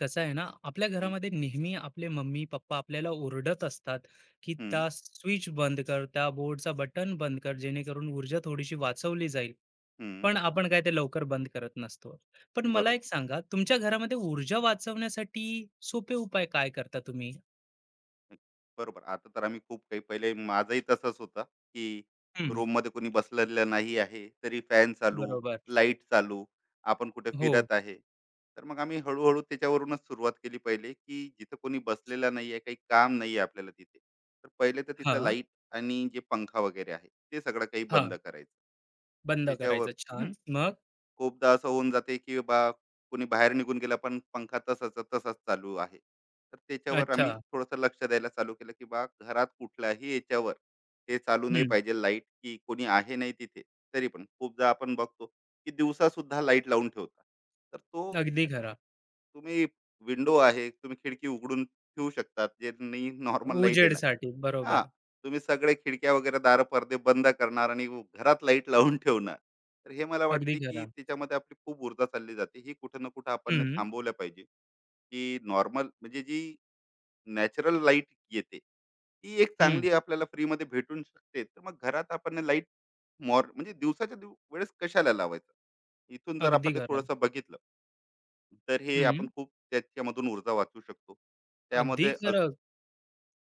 कसं आहे ना, आपल्या हं, घरामध्ये नेहमी आपले मम्मी-पप्पा आपल्याला ओरडत असतात, की हं, "त्या स्विच बंद कर, त्या बोर्डचा बटन बंद कर, जेणेकरून ऊर्जा थोडीशी वाचवली जाईल." हं. पण आपण काय ते लवकर बंद करत नसतो. पण मला बरोबर. एक सांगा, तुमच्या घरामध्ये ऊर्जा वाचवण्यासाठी सोपे उपाय काय करता तुम्ही? नाही, बरोबर. आता तर आम्ही खूप काही पहिले माझंही तसंच होतं, की हं, रूममध्ये कोणी बसलेलं नाही आहे, तरी फॅन चालू, बरोबर. लाईट चालू, आपण कुठे हो. फिरत आहे. तर मग आम्ही हळू त्याच्यावरूनच सुरुवात केली पहिले, की जिथं कोणी बसलेलं नाही आहे, काही काम नाही आहे आपल्याला तिथे. तर पहिले तर तिथलं हां, लाईट आणि जे पंखा वगैरे आहे, ते सगळं काही बंद हां. करायचं. बंद त्याच्यावर करायचं. छान. मग? खूपदा असं होऊन जाते की कोणी बाहेर निघून गेला पण पंखा तसाचा तसाच चालू आहे तर त्याच्यावर अच्छा. आम्ही थोडंसं लक्ष द्यायला चालू केलं की घरात कुठल्याही याच्यावर हे चालू नाही हं. पाहिजे लाईट की कोणी आहे नाही तिथे तरी पण खूपदा आपण बघतो की दिवसा सुद्धा लाईट लावून ठेवता तर तो अगदी खरं. तुम्ही विंडो आहे तुम्ही खिडकी उघडून ठेवू शकतात जे नॉर्मल लाईट येणार. उजेडसाठी. हा, बरोबर. तुम्ही सगळे खिडक्या वगैरे दार पडदे बंद करणार आणि घरात लाईट लावून ठेवणार तर हे मला अगदी वाटते की खरं. त्याच्यामध्ये आपली खूप ऊर्जा चालली जाते ही कुठं ना कुठं आपण ने हं, थांबवल्या पाहिजे की नॉर्मल म्हणजे जी नॅचरल लाईट येते ती एक हं. चांगली आपल्याला फ्रीमध्ये भेटून शकते तर मग घरात आपण लाईट म्हणजे दिवसाच्या वेळेस कशाला लावायचं इथून जर अगदी आपण खरं. थोडंसं बघितलं तर हे हं. आपण खूप त्याच्यामधून ऊर्जा वाचू शकतो. अगदी त्यामध्ये अज- खरं.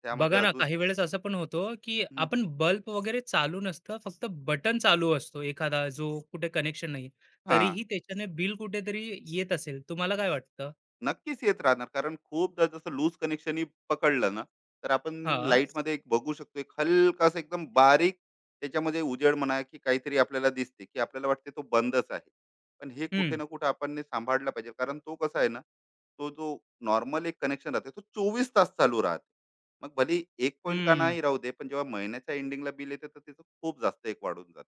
त्यामध्ये बघा ना, अजून. काही वेळेस असं पण होतं, की हं, आपण बल्ब वगैरे चालू नसतं, फक्त बटन चालू असतो एखादा जो कुठे कनेक्शन नाहीये. हा, तरीही त्याच्याने बिल कुठेतरी येत असेल. तुम्हाला काय वाटतं? नक्कीच येत राहणार कारण खूपदा जसं लूज कनेक्शनही पकडलं ना तर आपण हां. लाईटमध्ये एक बघू शकतो एक हलकासा एकदम बारीक त्याच्यामध्ये उजेड म्हणा की काहीतरी आपल्याला दिसते की आपल्याला वाटते तो बंदच आहे पण हे कुठे हं, ना कुठे आपण ने सांभाळला पाहिजे कारण तो कसा आहे ना तो जो नॉर्मल एक कनेक्शन राहते तो 24 तास चालू राहते मग भले एक पॉईंट का हं. नाही राहू दे पण जेव्हा महिन्याच्या एंडिंगला बिल येते तर त्याचं खूप जास्त एक वाढून जाते.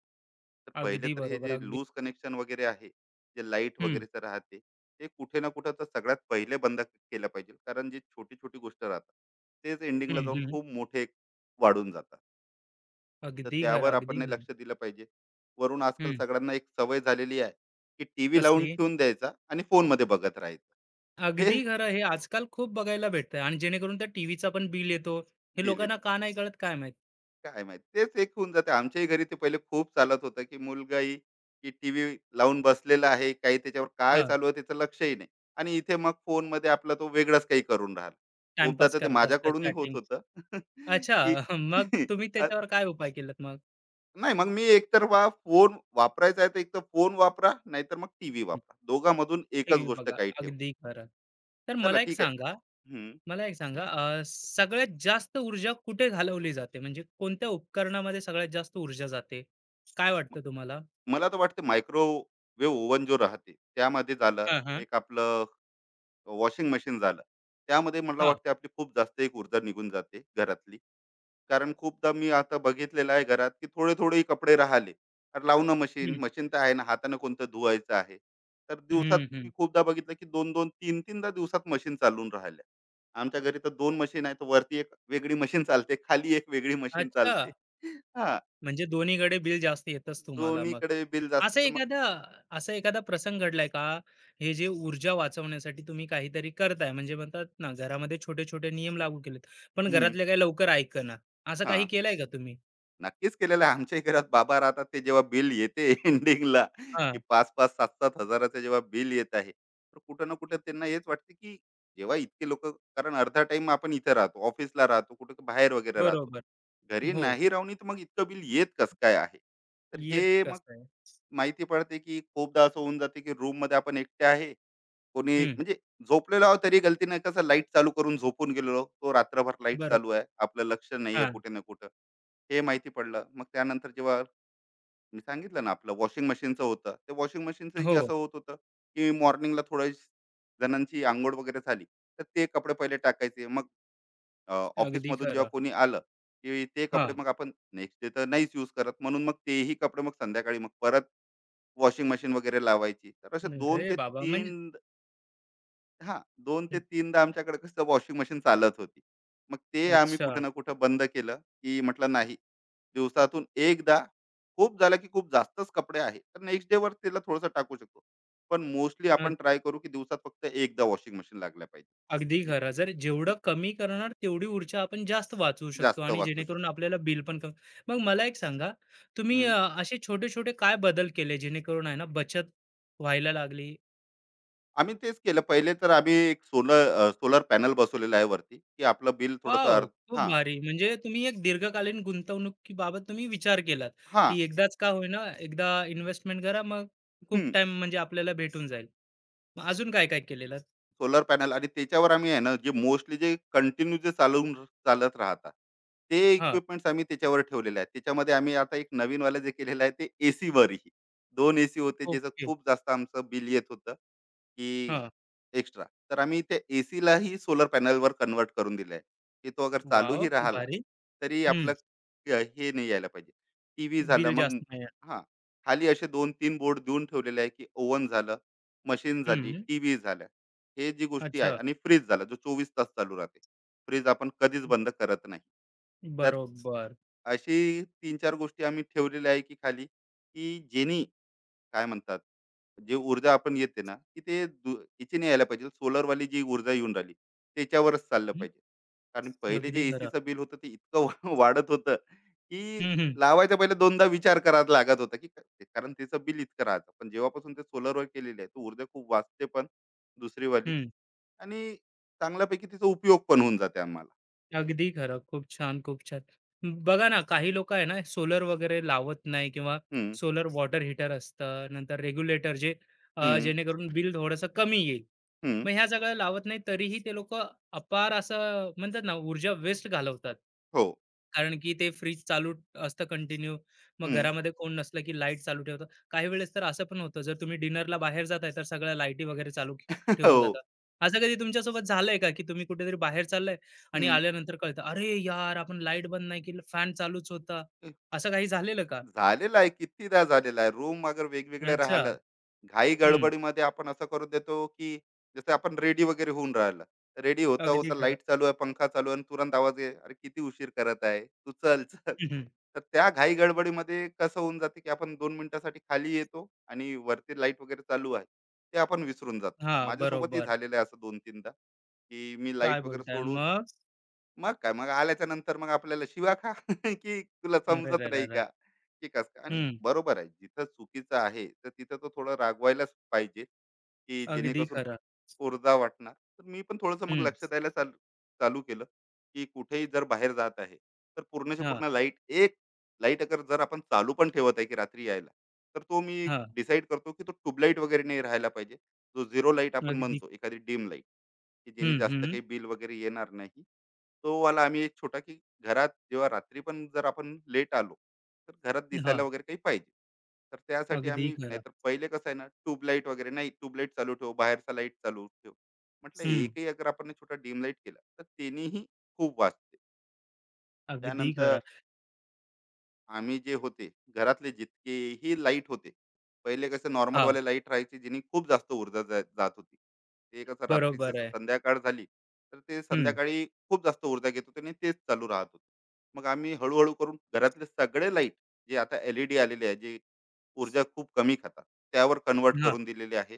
तर पहिले अगदी तर हे बरोबर. जे अगदी. लूज कनेक्शन वगैरे आहे, जे लाईट हं, वगैरेचं राहते, ते कुठे ना कुठे तर सगळ्यात पहिले बंद केलं पाहिजे. कारण जी छोटी-छोटी गोष्ट राहतात, तेच हं, एंडिंगला जाऊन हं. खूप मोठे वाढून जातात. तर अगदी खरं, त्यावर अगदी आपण हे खरं. लक्ष दिलं पाहिजे. वरून आजकाल हं. सगळ्यांना एक सवय झालेली आहे, की टीव्ही लावून कसली? ठेवून द्यायचा आणि फोनमध्ये बघत राहायचं. अगदी हे खरं. हे आजकाल खूप बघायला भेटतंय आणि जेणेकरून त्या टीव्हीचा पण बिल येतो. हे बिल लोकांना का नाही कळत काय माहीत? काय माहित तेच एक होऊन जाते आमच्याही घरी ते पहिले खूप चालत होतं की मुलगाही की टीव्ही लावून बसलेला आहे काही त्याच्यावर काय हां, चालू आहे त्याचं लक्षही नाही आणि इथे मग फोन मध्ये आपला तो वेगळाच काही करून राहिला. खूपदा टाईमपास तर ते करत असतात, माझ्याकडूनही होत चॅटिंग. होतं. अच्छा. की मग तुम्ही अ, त्याच्यावर काय उपाय केलात मग? नाही मग मी एकतर फोन वापरायचा आहे तर एकतर फोन वापरा नाहीतर मग टीव्ही वापरा दोघांमधून एकच टीव्ही गोष्ट बघा. काही ठेव. अगदी खरं. तर चला मला एक ठीक आहे. सांगा हम्म. मला एक सांगा सगळ्यात जास्त ऊर्जा कुठे घालवली जाते? म्हणजे कोणत्या उपकरणामध्ये सगळ्यात जास्त ऊर्जा जाते? काय वाटतं तुम्हाला? मला तर वाटते मायक्रोवेव्ह ओव्हन जो राहते त्यामध्ये झालं हां, हां. एक आपलं वॉशिंग मशीन झालं. त्यामध्ये मला हां. वाटते आपली खूप जास्त एक ऊर्जा निघून जाते घरातली. कारण खूपदा मी आता बघितलेलं आहे घरात, की थोडे थोड़े कपडे राहिले, तर लावणं मशीन, हं. मशीन तर आहे ना, हातानं कोणतं धुवायचं आहे. तर दिवसात हं, मी हं. खूपदा बघितलं, की 2-2, 3-3दा दिवसात मशीन चालून राहिल्या. आमच्या घरी तर 2 मशीन आहेत. वरती एक वेगळी मशीन चालते, खाली एक वेगळी मशीन अच्छा. चालते. हां, म्हणजे दोन्हीकडे बिल जास्त येतच तुम्हाला मग. दोन्हीकडे बिल जास्त असं तर मग. एखादा असा एखादा प्रसंग घडलाय का? हे जे ऊर्जा वाचवण्यासाठी तुम्ही काहीतरी करताय म्हणजे म्हणतात ना, घरामध्ये छोटे-छोटे नियम लागू केलेत, पण हं, घरातले काही लवकर ऐकेना. असं काही हां. केलंय का तुम्ही? नक्कीच केलेलं आहे. आमच्याही घरात बाबा राहतात ते जेव्हा बिल येते एंडिंगला हां, की 5-5, 7-7 हजाराचं जेव्हा बिल येत आहे, तर कुठं ना कुठं त्यांना हेच वाटते की जेव्हा इतके लोक कारण अर्धा टाइम आपण इथे राहतो, ऑफिसला राहतो, कुठं बाहेर वगैरे राहतो. बरोबर. घरी हो, नाही राहूनही तर मग इतकं बिल येत कसं काय आहे? तर येत हे मग कसं आहे? माहिती पडते की खूपदा असं होऊन जाते की रूममध्ये आपण एकटे आहे कोणी हं, म्हणजे झोपलेलो आहोत तरी गलतीनं कसं लाईट चालू करून झोपून गेलेलो. तो रात्रभर लाईट बरोबर. चालू आहे. आपलं लक्ष नाहीये हां, कुठे ना कुठं. हे माहिती पडलं. मग त्यानंतर जेव्हा मी सांगितलं ना आपलं वॉशिंग मशीनचं होतं. ते वॉशिंग मशीनचंही हो, असं होत होतं, की मॉर्निंगला थोड्या जणांची अंघोळ वगैरे झाली, तर ते कपडे पहिले टाकायचे. मग अगदी ऑफिसमधून जेव्हा खरं. कोणी आलं, की ते कपडे हां, मग आपण नेक्स्ट डे तर नाहीच यूज करत. म्हणून मग तेही कपडे मग संध्याकाळी मग परत वॉशिंग मशीन वगैरे लावायची. तर असे 2 अरे ते बाबा! म्हणजे 3 हां, दोन ते 3दा आमच्याकडे कसं वॉशिंग मशीन चालत होती. मग ते आम्ही अच्छा. कुठं ना कुठं बंद केलं, की म्हटलं नाही, दिवसातून एकदा खूप झालं की खूप जास्तच कपडे आहे, तर नेक्स्ट डेवर त्याला थोडंसं टाकू शकतो. पण मोस्टली आपण ट्राय करू की दिवसात फक्त एकदा वॉशिंग मशीन लागल्या पाहिजे, अगदी जे खरं. जर जेवढं कमी करणार तेवढी ऊर्जा आपण जास्त वाचवू शकतो जास्त आणि वाचू जेणेकरून शकतो. आपल्याला बिल पण कमी. मग मला एक सांगा, तुम्ही हं. असे छोटे-छोटे काय बदल केले जेणेकरून आहे ना बचत व्हायला लागली? आम्ही तेच केलं. पहिले तर आम्ही एक सोलर सोलर पॅनल बसवलेला आहे वरती, की आपलं बिल थोडंसं वॉव! अर्ध. खूप हां, भारी. म्हणजे तुम्ही एक दीर्घकालीन गुंतवणुकीबाबत तुम्ही विचार केलात, हां. की एकदाच का होईना एकदा इन्व्हेस्टमेंट करा मग खूप टाईम म्हणजे आपल्याला भेटून जाईल. मग अजून काय-काय केलेलं? सोलर पॅनल आणि त्याच्यावर आम्ही आहे ना, जे मोस्टली जे कंटिन्यू जे चालत राहतात, ते हां. इक्विपमेंट्स आम्ही त्याच्यावर ठेवलेले आहेत. त्याच्यामध्ये आम्ही आता एक नवीनवालं जे केलेलं आहे, ते एसीवरही. 2 एसी होते, ज्याचं ओके. खूप जास्त आमचं बिल येत होतं, की हां. एक्स्ट्रा. तर आम्ही त्या एसीलाही सोलर पॅनलवर कन्व्हर्ट करून दिलं आहे, की तो अगर वॉव! चालूही खूप राहिला, भारी. तरी हं. आपलं हे नाही यायला पाहिजे. टीव्ही झालं, बिल मग जास्त नाही आहे. हां, खाली असे 2-3 बोर्ड देऊन ठेवलेले आहे, की ओव्हन झालं, मशीन झाली, हं. टीव्ही झालं. हे जी गोष्टी आहे अच्छा. आणि फ्रीज झाला जो 24 तास चालू राहते. फ्रीज आपण कधीच बंद करत नाही. तर बरोबर. अशी तीन चार गोष्टी आम्ही ठेवलेल्या आहे की खाली, की जेनी काय म्हणतात, जे ऊर्जा आपण येते ना, की ते हिची नाही यायला पाहिजे. सोलरवाली जी ऊर्जा येऊन राहिली, त्याच्यावरच चाललं हं, पाहिजे. कारण पहिले अगदी जे खरं. एसीचं बिल होतं ते इतकं वाढत होतं, की हं, हं, लावायचा पहिले दोनदा विचार करावा लागत होता, की कारण त्याचं बिल इतकं राहायचं. पण जेव्हापासून ते सोलरवर केलेलं आहे, तर ऊर्जा खूप वाचते पण दुसरीवाली. हं. आणि चांगल्यापैकी तिचा उपयोग पण होऊन जाते आम्हाला. अगदी खरं. खूप छान, खूप छान. बघा ना, काही लोकं आहे ना, सोलर वगैरे लावत नाही किंवा हं, सोलर वॉटर हीटर असतं, नंतर रेग्युलेटर जे हं, जेणेकरून बिल थोडंसं कमी येईल. हं. मग ह्या सगळ्या लावत नाही तरीही ते लोकं अपार असं म्हणतात ना ऊर्जा वेस्ट घालवतात. हो. कारण की ते फ्रिज चालू असतं कंटिन्यू. मग हं. घरामध्ये कोण नसलं की लाईट चालू ठेवतात. काही वेळेस तर असं पण होतं, जर तुम्ही डिनरला बाहेर जाताय तर सगळ्या लाईटी वगैरे ठेवून हो. जातात. असं कधी तुमच्यासोबत झालंय का, की तुम्ही कुठेतरी बाहेर चाललाय आणि हं. आल्यानंतर कळतं, "अरे यार! आपण लाईट बंद नाही केलं, फॅन चालूच होता." असं काही झालेलं का? झालेलं आहे कितीदा झालेलं आहे रूम अगर वेगवेगळे अच्छा. राहिलं घाई हं. गडबडीमध्ये आपण असं करून देतो की जसं आपण रेडी वगैरे होऊन राहिलं रेडी होता अगदी होता खरं. लाईट चालू आहे पंखा चालू आहे आणि तुरंत आवाज आहे अरे किती उशीर करत आहे तू चल चल. हं, हं. तर त्या घाई गडबडीमध्ये कसं होऊन जाते की आपण दोन मिनिटासाठी खाली येतो आणि वरती लाईट वगैरे चालू आहे ते आपण विसरून जातो. माझ्यासोबतही बरोबर. झालेलं आहे असं दोन तीनदा की मी काय लाईट वगैरे बोलताय सोडून मग? मग काय, मग आल्याच्या नंतर मग आपल्याला शिव्या खा, की तुला समजत नाही अरेरेरेरे! का? की कसं काय? आणि हं, बरोबर आहे, जिथं चुकीचं आहे, तर तिथं तो थोडं रागवायलाच पाहिजे, की अगदी जेणेकरून खरं. ओरडा वाटणार. तर मी पण थोडंसं मग हं, लक्ष द्यायला चालू चालू केलं, की कुठेही जर बाहेर जात आहे, तर पूर्णच्या हां, पूर्ण लाईट एक लाईट अगर जर आपण चालू पण ठेवत आहे, की रात्री यायला, तर तो मी हां, डिसाईड करतो, की तो ट्यूबलाईट वगैरे नाही राहायला पाहिजे. जो झिरो लाईट आपण अगदी. म्हणतो, एखादी डिम लाईट. की जेणे हं, जास्त हं. काही बिल वगैरे येणार नाही. तो वाला आम्ही एक छोटा की घरात जेव्हा रात्री पण जर आपण लेट आलो, तर घरात हां, दिसायला वगैरे काही पाहिजे. तर त्यासाठी अगदी आम्ही खरं. नाहीतर पहिले कसं आहे ना ट्यूबलाईट वगैरे नाही ट्यूबलाईट चालू ठेव, बाहेरचा लाईट चालू ठेव. म्हटलं हं, एकही अगर आपण हे छोटा डिम लाईट केला, तर त्यानेही खूप वाचते. अगदी त्यानंतर खरं. आम्ही जे होते, घरातले जितकेही लाईट होते, पहिले कसं हां, नॉर्मलवाले लाईट राहायचे, जेणे खूप जास्त ऊर्जा जात होती. ते कसं रात्री बरोबर जसं आहे. संध्याकाळ झाली तर ते हं, संध्याकाळी खूप जास्त ऊर्जा घेत होते आणि तेच चालू राहत होते. मग आम्ही हळूहळू करून घरातले सगळे लाईट जे आता एलईडी आलेले आहे जे ऊर्जा खूप कमी खातात त्यावर कन्वर्ट हां, करून दिलेले आहे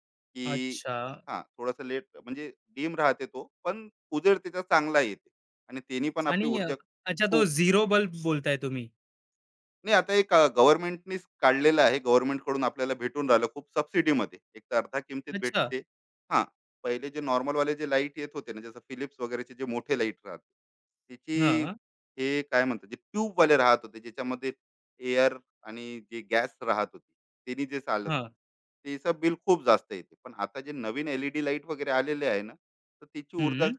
की अच्छा हां थोडासा लेट म्हणजे डीम राहते तो पण उजेड त्याचा चांगला येते आणि त्यांनी पण आपली आणि अ, ऊर्जा अच्छा तो खूप. झिरो बल्ब बोलताय तुम्ही. नाही आता एक गव्हर्नमेंटनीच काढलेलं आहे. गव्हर्नमेंटकडून आपल्याला भेटून राहिलं खूप सबसिडीमध्ये. एक तर अर्ध्या किमतीत अच्छा. भेटते. हां, पहिले जे नॉर्मल वाले जे लाईट येत होते ना, जसं फिलिप्स वगैरेचे जे मोठे लाईट राहते, त्याची हां, हे काय म्हणतात, जे ट्यूबवाले राहत होते, ज्याच्यामध्ये एअर आणि जे गॅस राहत होती, त्यांनी जे चालत हां. होते, त्याचं बिल खूप जास्त येते. पण आता जे नवीन एल लाईट वगैरे आलेले आहे ना, तर त्याची ऊर्जा हं,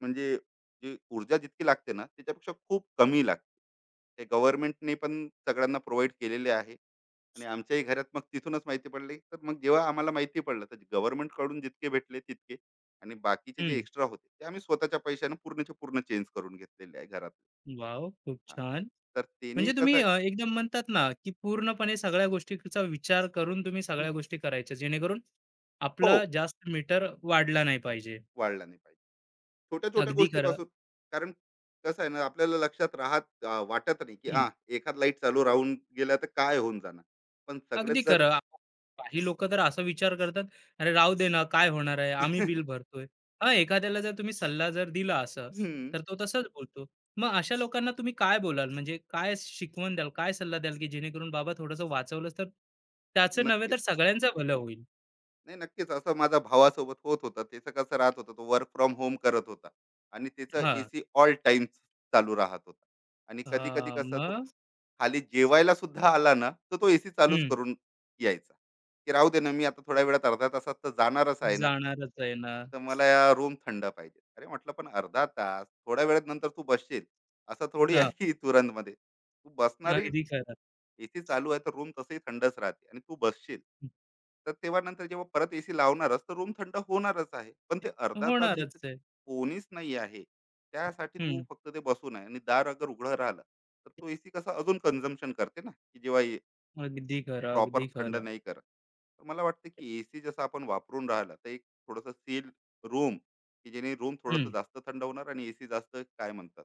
म्हणजे जी ऊर्जा जितकी लागते ना, त्याच्यापेक्षा खूप कमी लागते. ते गव्हर्नमेंटने पण सगळ्यांना प्रोव्हाइड केलेले आहे आणि आमच्याही घरात मग तिथूनच माहिती पडली तर मग जेव्हा आम्हाला माहिती पडलं तर Government कडून जितके भेटले तितके आणि बाकीचे जे हं. एक्स्ट्रा होते ते आम्ही स्वतःच्या पैशाने पूर्णचे पूर्ण चेंज करून घेतलेले आहे घरात. वॉव! खूप हा, छान. तर म्हणजे त्यांनी कसं तुम्ही आहे. एकदम म्हणतात ना, की पूर्णपणे सगळ्या गोष्टीचा विचार करून तुम्ही सगळ्या गोष्टी करायच्या, जेणेकरून हो आपला जास्त मीटर वाढला नाही पाहिजे. वाढला नाही पाहिजे छोट्या छोट्या अगदी खरं. गोष्टीपासून. कारण कसं आहे ना आपल्याला लक्षात राहत वाटत नाही की हं. हा एखाद लाईट चालू राहून गेला तर काय होऊन जाणार पण अगदी सगळेच जर. खरं. काही लोकं तर असा विचार करतात, "अरे राहू दे ना, काय होणार आहे? आम्ही बिल भरतोय." हां, एखाद्याला जर तुम्ही सल्ला जर दिला असं, हम्म, तर तो तसाच बोलतो. मग अशा लोकांना तुम्ही काय बोलाल? म्हणजे काय शिकवण द्याल, काय सल्ला द्याल, की जेणेकरून बाबा थोडंसं वाचवलंच तर त्याचं नव्हे नक्की तर सगळ्यांचं भलं होईल? नाही नक्कीच असं माझ्या भावासोबत होत होतं त्याचं कसं राहत होतं तो वर्क फ्रॉम होम करत होता आणि त्याचं हां. एसी ऑल टाइम चालू राहत होता. आणि कधी कधी हां, कसं तो मग खाली जेवायला सुद्धा आला ना तर तो एसी चालूच हं. करून यायचा की राहू दे ना मी आता थोड्या वेळात अर्धा तासात तर जाणारच आहे ना जाणारच आहे ना. तर मला या रूम थंड पाहिजे. अरे म्हटलं पण अर्धा तास थोड्या वेळात नंतर तू बसशील असं थोडी हां, आहे की तुरंत मध्ये तू बसणारही. अगदी खरं. एसी चालू आहे तर रूम तसंही थंडच राहते आणि तू बसशील तर तेव्हा नंतर जेव्हा परत एसी लावणारच तर रूम थंड होणारच आहे पण ते अर्धा तास होणारच जिथे आहे. कोणीच नाही आहे त्यासाठी तू हं. फक्त ते बसून आहे आणि दार अगर उघडं राहिलं तर तो एसी कसा अजून कन्झम्पशन करते ना की जेव्हा अगदी खरं, प्रॉपर अगदी थंड खरं. नाही करत. तर मला वाटतं की एसी जसं आपण वापरून राहिलं तर एक थोडंसं सील रूम की जेणे रूम थोडंसं हं. जास्त थंड होणार आणि एसी जास्त काय म्हणतात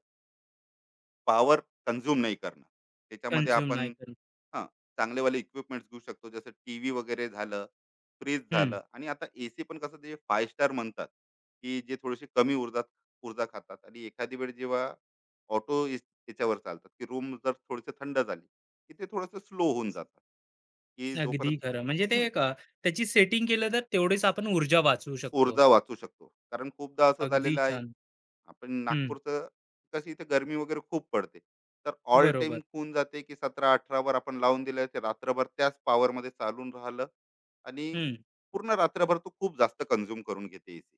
पॉवर कंझ्युम नाही करणार. त्याच्यामध्ये कन्झ्युम नाही आपण करत. हां, चांगलेवाले इक्विपमेंट्स घेऊ शकतो. जसं टीव्ही वगैरे झालं, फ्रीज झालं आणि आता एसी पण कसं ते 5 स्टार म्हणतात, की जे थोडीशी कमी ऊर्जात ऊर्जा खातात आणि एखादी वेळ जेव्हा ऑटो इस याच्यावर चालतात, की रूम जर थोडीशी थंड झाली, की ते थोडंसं स्लो होऊन जातात, की अगदी जोपर्यंत. खरं. म्हणजे ते हं, एक त्याची सेटिंग केलं तर तेवढीच आपण ऊर्जा वाचवू शकतो. ऊर्जा वाचू शकतो. कारण खूपदा असं अगदी झालेलं आहे छान. आपण हं, नागपूरचं कसं इथे गरमी वगैरे खूप पडते तर ऑल टाइम बरोबर. होऊन जाते की 17-18 वर आपण लावून दिलं ते रात्रभर त्याच power मध्ये चालून राहिलं आणि हं. पूर्ण रात्रभर तो खूप जास्त कंझ्युम करून घेते एसी.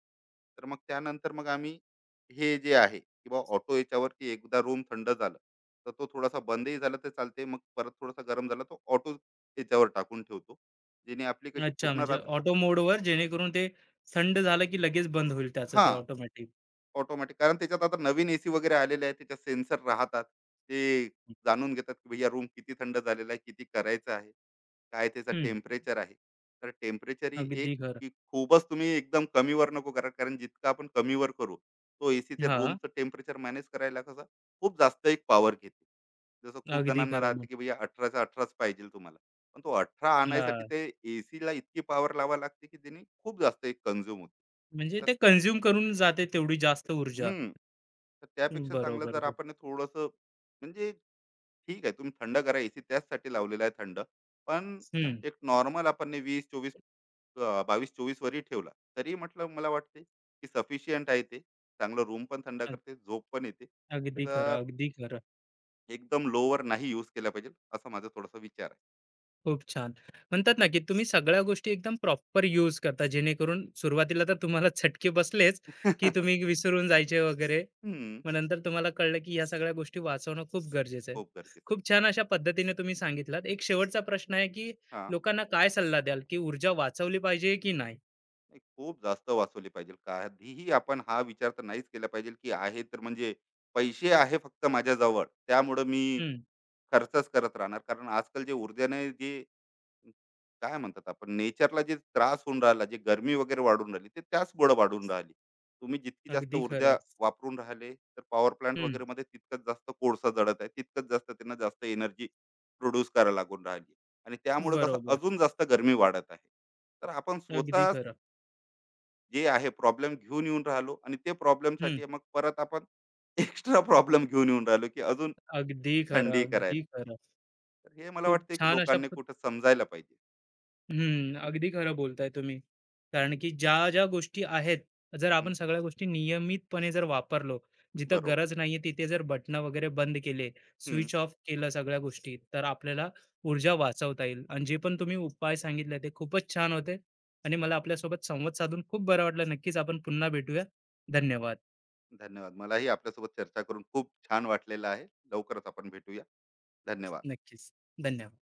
तर मग त्यानंतर मग आम्ही हे जे आहे किंवा ऑटो याच्यावर की एकदा रूम थंड झालं तर तो थोडासा बंदही झाला तर चालते मग परत थोडासा गरम झाला तो ऑटो याच्यावर टाकून ठेवतो जेणे आपली कशी अच्छा, पूर्ण म्हणजे रात्र तो. ऑटो मोडवर जेणेकरून ते थंड झालं की लगेच बंद होईल त्याचं हा, ते ऑटोमॅटिक. ऑटोमॅटिक कारण त्याच्यात आता नवीन एसी वगैरे आलेले आहे त्याच्यात सेन्सर राहतात. ते जाणून घेतात की भैया रूम किती थंड झालेला आहे, किती करायचं आहे, काय त्याचा हं, टेम्परेचर आहे. तर टेम्परेचर ही एक अगदी खरं. की खूपच तुम्ही एकदम कमीवर नको करा कारण जितकं आपण कमीवर करू, तो एसी ते हां, रूमचं टेम्परेचर मॅनेज करायला कसं खूप जास्त एक पॉवर घेते. जसं खूप अगदी जणांना खरं राहते मग. की भैया 18च्या 18च पाहिजेल तुम्हाला. पण तो 18 आणायसाठी हां, ते एसीला इतकी पॉवर लावावी लागते की त्याने खूप जास्त एक कन्झ्युम होते. म्हणजे तर ते कंझ्युम करून जाते तेवढी जास्त ऊर्जा. हं. तर त्यापेक्षा चांगलं बरोबर. जर आपण थोडंसं म्हणजे ठीक आहे तुम्ही थंड करा एसी त्याचसाठी लावलेला आहे थंड पण हं, एक नॉर्मल आपण वीस चोवीस 22-24 वरही ठेवला तरी म्हटलं मला वाटते की सफिशियंट आहे ते चांगलं रूम पण थंड अ, करते झोप पण येते. अगदी तर खरं, अगदी खरं. एकदम लोवर नाही यूज केला पाहिजे असा माझा थोडासा विचार आहे. खूप छान. म्हणतात ना, की तुम्ही सगळ्या गोष्टी एकदम प्रॉपर यूज करता, जेणेकरून सुरुवातीला तर तुम्हाला चटके बसलेच, की तुम्ही विसरून जायचे वगैरे. हम्म, मग नंतर तुम्हाला कळलं, की ह्या सगळ्या गोष्टी वाचवणं खूप गरजेचं आहे. खूप गरजेचं. खूप छान अशा पद्धतीने तुम्ही सांगितलात. एक शेवटचा प्रश्न आहे, की हा, लोकांना काय सल्ला द्याल, की ऊर्जा वाचवली पाहिजे की नाही? नाही खूप जास्त वाचवली पाहिजे कधीही आपण हा विचार तर नाहीच केला पाहिजे की आहे तर म्हणजे पैसे आहे फक्त माझ्याजवळ त्यामुळं मी हं, खर्चच करत राहणार कारण आजकाल जे ऊर्जेने जे काय म्हणतात आपण नेचरला जे त्रास होऊन राहिला जे गरमी वगैरे वाढून राहिली ते त्याच गोड वाढून राहिली तुम्ही जितकी जास्त अगदी ऊर्जा खरं. वापरून राहिले तर पॉवर प्लांट हं, वगैरे मध्ये तितकंच जास्त कोळसा जळत आहे तितकंच जास्त त्यांना जास्त एनर्जी प्रोड्यूस करायला लागून राहिली आणि त्यामुळे कसं बरोबर. अजून जास्त गरमी वाढत आहे. तर आपण अगदी स्वतः खरं. जे आहे प्रॉब्लेम घेऊन येऊन राहिलो आणि ते हं, प्रॉब्लेमसाठी मग परत आपण एक्स्ट्रा प्रॉब्लेम घेऊन येऊन राहिलो की अजून अगदी खरं, थंडी अगदी करायला. खरं. तर हे मला खूप वाटते की छान अशा लोकांनी कुठं समजायला पाहिजे. हम्म, अगदी खरं बोलताय तुम्ही. हं, कारण की ज्या-ज्या गोष्टी आहेत, जर हं, आपण सगळ्या गोष्टी नियमितपणे जर वापरलो, जिथं बरोबर. गरज नाहीये तिथे जर बटणं वगैरे बंद केले, हं, स्विच ऑफ केलं सगळ्या गोष्टी, तर आपल्याला ऊर्जा वाचवता येईल. आणि जे पण तुम्ही उपाय सांगितले ते खूपच छान होते आणि मला आपल्यासोबत संवाद साधून खूप बरं वाटलं. नक्कीच आपण पुन्हा भेटूया. धन्यवाद. धन्यवाद. मलाही आपल्यासोबत चर्चा करून खूप छान वाटलेलं आहे. लवकरच आपण भेटूया. धन्यवाद. नक्कीच. धन्यवाद.